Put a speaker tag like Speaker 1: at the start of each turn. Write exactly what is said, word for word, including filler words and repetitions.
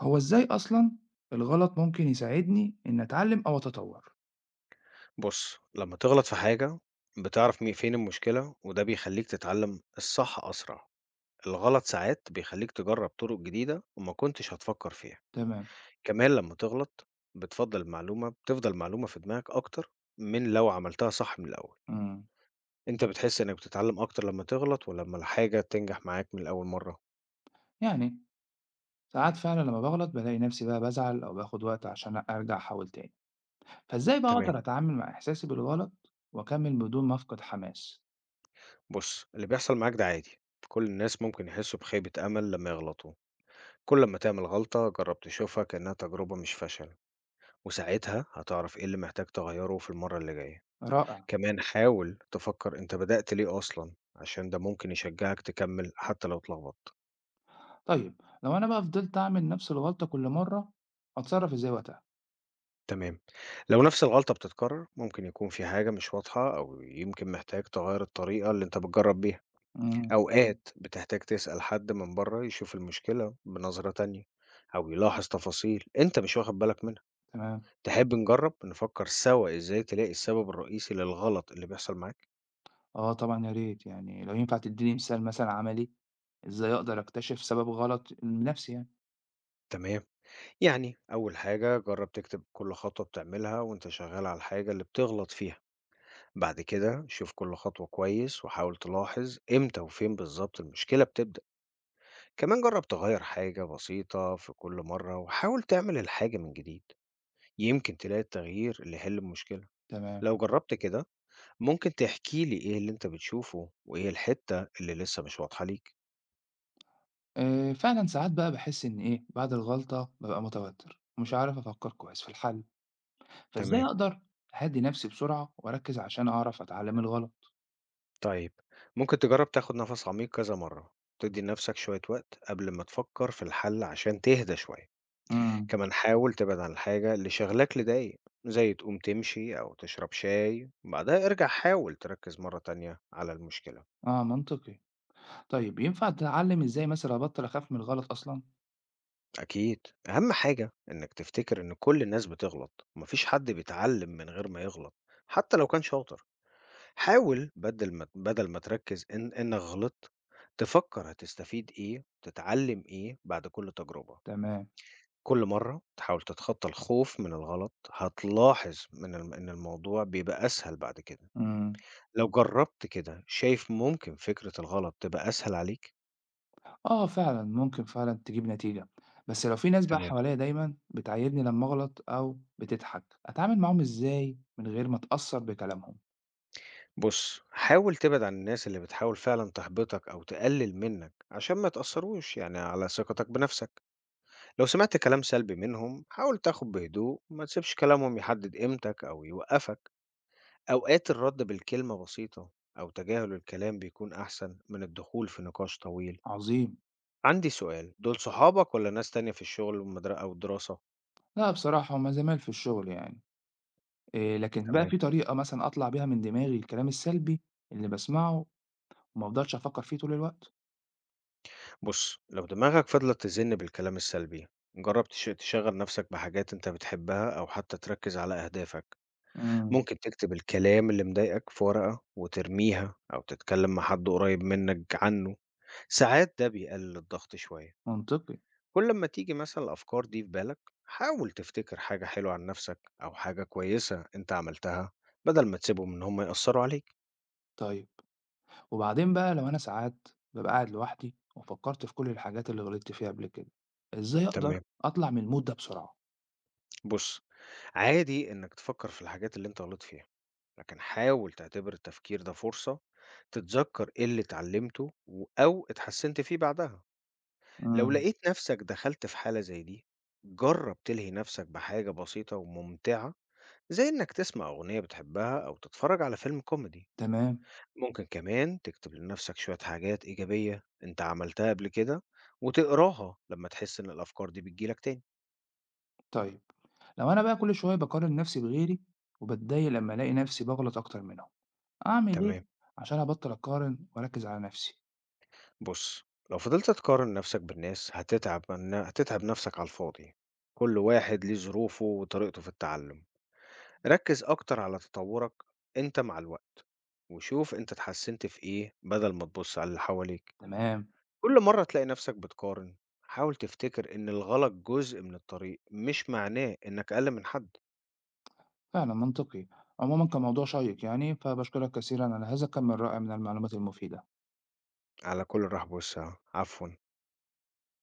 Speaker 1: هو إزاي أصلًا الغلط ممكن يساعدني إني أتعلم أو أتطور؟
Speaker 2: بُص، لمّا تغلط في حاجة بتعرف مي فين المشكلة، وده بيخلّيك تتعلم الصح أسرع. الغلط ساعات بيخلّيك تجرّب طرق جديدة وما كنتش هتفكر فيها.
Speaker 1: تمام.
Speaker 2: كمان لمّا تغلط بتفضّل المعلومة بتفضل معلومة في دماغك أكتر من لو عملتها صح من الأول.
Speaker 1: إمم،
Speaker 2: أنت بتحس إنّك بتتعلم أكتر لمّا تغلط والّا لمّا الحاجة تنجح معاك من أول مرّة؟
Speaker 1: يعني ساعات فعلًا لمّا باغلط بالاقي نفسي بقى بازعل أو باخد وقت عشان أرجع أحاول تاني، فإزاي بقى
Speaker 2: تمام.
Speaker 1: أقدر أتعامل مع إحساسي بالغلط وأكمل بدون ما أفقد حماس؟
Speaker 2: بُص، اللي بيحصل معاك ده عادي، كل الناس ممكن يحسّوا بخيبة أمل لمّا يغلطوا. كل أمّا تعمل غلطة جرّب تشوفها كإنّها تجربة مش فشل. وساعتها هتعرف إيه اللي محتاج تغيّره في المرّة اللي جاية.
Speaker 1: رائع.
Speaker 2: كمان حاول تفكّر أنت بدأت ليه أصلًا، عشان ده ممكن يشجّعك تكمّل حتى لو اتلخبطت.
Speaker 1: طيب لو أنا بقى فضلت أعمل نفس الغلطة كل مرة أتصرف إزاي وقتها؟
Speaker 2: تمام. لو نفس الغلطة بتتكرر، ممكن يكون في حاجة مش واضحة أو يمكن محتاج تغيّر الطريقة اللي أنت بتجرّب بيها.
Speaker 1: إمم.
Speaker 2: إمم. أوقات بتحتاج تسأل حد من برّه يشوف المشكلة بنظرة تانية أو يلاحظ تفاصيل أنت مش واخد بالك منها.
Speaker 1: تمام.
Speaker 2: تحب نجرّب نفكّر سوا إزاي تلاقي السبب الرئيسي للغلط اللي بيحصل معاك؟
Speaker 1: آه طبعًا يا ريت، يعني لو ينفع تدّيني مثال مثلًا عملي إزاي أقدر أكتشف سبب غلط لنفسي يعني؟
Speaker 2: تمام. يعني أول حاجة جرب تكتب كل خطوة بتعملها وأنت شغال على الحاجة اللي بتغلط فيها. بعد كده شوف كل خطوة كويس وحاول تلاحظ إمتى وفين بالظبط المشكلة بتبدأ. كمان جرب تغير حاجة بسيطة في كل مرة وحاول تعمل الحاجة من جديد، يمكن تلاقي التغيير اللي يحل المشكلة.
Speaker 1: تمام.
Speaker 2: لو جربت كده ممكن تحكيلي إيه اللي أنت بتشوفه وإيه الحتة اللي لسه مش واضحة ليك.
Speaker 1: آآ فعلًا ساعات بقى باحس إن إيه، بعد الغلطة بابقى متوتر ومش عارف أفكّر كويس في الحل، فإزاي
Speaker 2: تمام.
Speaker 1: أقدر أهدّي نَفْسي بسرعة وأركّز عشان أعرف أتعلّم الغلط؟
Speaker 2: طيب ممكن تجرب تاخد نفس عميق كذا مرة، تدي لنفسك شوية وقت قبل ما تفكر في الحل عشان تهدى شوية.
Speaker 1: إمم.
Speaker 2: كمان حاول تبعد عن الحاجة اللي شغلاك لدقايق، زي تقوم تمشي أو تشرب شاي، بعدها ارجع حاول تركز مرة تانية على المشكلة.
Speaker 1: آه منطقي. طيب ينفع أتعلّم إزاي مثلًا أبطّل أخاف من الغلط أصلًا؟
Speaker 2: أكيد. أهم حاجة إنك تفتكر إن كل الناس بتغلط ومفيش حد بيتعلم من غير ما يغلط، حتى لو كان شاطر. حاول بدل ما بدل ما تركز إن إنك غلطت، تفكر هتستفيد إيه تتعلم إيه بعد كل تجربة.
Speaker 1: تمام.
Speaker 2: كل مرة تحاول تتخطى الخوف من الغلط، هتلاحظ من الم إن الموضوع بيبقى أسهل بعد كده.
Speaker 1: إمم.
Speaker 2: لو جرّبت كده، شايف ممكن فكرة الغلط تبقى أسهل عليك؟
Speaker 1: آه فعلًا، ممكن فعلًا تجيب نتيجة، بس لو في ناس بقى
Speaker 2: تمام.
Speaker 1: حواليّا دايمًا بتعايرني لمّا أغلط أو بتضحك، أتعامل معاهم إزاي من غير ما أتأثّر بكلامهم؟
Speaker 2: بُص، حاول تبعد عن الناس اللي بتحاول فعلًا تحبطك أو تقلل منك عشان ما يتأثّروش يعني على ثقتك بنفسك. لو سمعت كلام سلبي منهم، حاول تاخد بهدوء وما تسيبش كلامهم يحدد قيمتك أو يوقّفك. أوقات الرد بالكلمة بسيطة أو تجاهل الكلام بيكون أحسن من الدخول في نقاش طويل.
Speaker 1: عظيم.
Speaker 2: عندي سؤال، دول صحابك ولا ناس تانية في الشغل والمدرسة أو الدراسة؟
Speaker 1: لأ بصراحة هم زمايل في الشغل يعني. آآ لكن بقى
Speaker 2: تمام.
Speaker 1: في طريقة مثلًا أطلع بيها من دماغي الكلام السلبي اللي باسمعه وما افضلش أفكّر فيه طول الوقت.
Speaker 2: بص، لو دماغك فضلت تزن بالكلام السلبي جرب تش- تشغل نفسك بحاجات انت بتحبها أو حتى تركز على أهدافك.
Speaker 1: إمم.
Speaker 2: ممكن تكتب الكلام اللي مضايقك في ورقة وترميها أو تتكلم مع حد قريب منك عنه، ساعات ده بيقلل الضغط شوية.
Speaker 1: منطقي.
Speaker 2: كل ما تيجي مثلا الأفكار دي في بالك حاول تفتكر حاجة حلوة عن نفسك أو حاجة كويسة انت عملتها، بدل ما تسيبهم ان هم يأثروا عليك.
Speaker 1: طيب وبعدين بقى لو أنا ساعات بابقى قاعد لوحدي وفكّرت في كل الحاجات اللي غلطت فيها قبل كده، إزاي أقدر
Speaker 2: تمام.
Speaker 1: أطلع من الmood ده بسرعة؟
Speaker 2: بُص، عادي إنك تفكّر في الحاجات اللي أنت غلطت فيها، لكن حاول تعتبر التفكير ده فرصة تتذكّر إيه اللي اتعلمته و أو اتحسّنت فيه بعدها. لو
Speaker 1: إمم.
Speaker 2: لقيت نَفْسك دخلت في حالة زي دي، جرّب تلهي نَفْسك بحاجة بسيطة وممتعة، زي إنك تسمع أغنية بتحبها أو تتفرّج على فيلم كوميدي.
Speaker 1: تمام.
Speaker 2: ممكن كمان تكتب لنَفْسك شوية حاجات إيجابية أنت عملتها قبل كده وتقراها لمّا تحس إن الأفكار دي بتيجي لك تاني.
Speaker 1: طيب لو أنا بقى كل شوية باقارن نفسي بغيري وباتضايق لمّا ألاقي نفسي باغلط أكتر منهم، أعمل إيه
Speaker 2: تمام.
Speaker 1: عشان أبطّل أقارن وأركّز على نفسي؟
Speaker 2: بُص، لو فضلت تقارن نفسك بالناس هتتعب من هتتعب نفسك على الفاضي، كل واحد ليه ظروفه وطريقته في التعلم، ركّز أكتر على تطوّرك أنت مع الوقت، وشوف أنت اتحسنت في إيه بدل ما تبُص على اللي حواليك.
Speaker 1: تمام.
Speaker 2: كل مرّة تلاقي نفسك بتقارن حاول تفتكر إن الغلط جزء من الطريق، مش معناه إنك أقل من حد.
Speaker 1: فعلًا منطقي. عمومًا كان موضوع شيّق يعني، فباشكرك كثيرًا على هذا الكم الرائع من المعلومات المفيدة.
Speaker 2: على كل الرحب والسعة، عفوًا.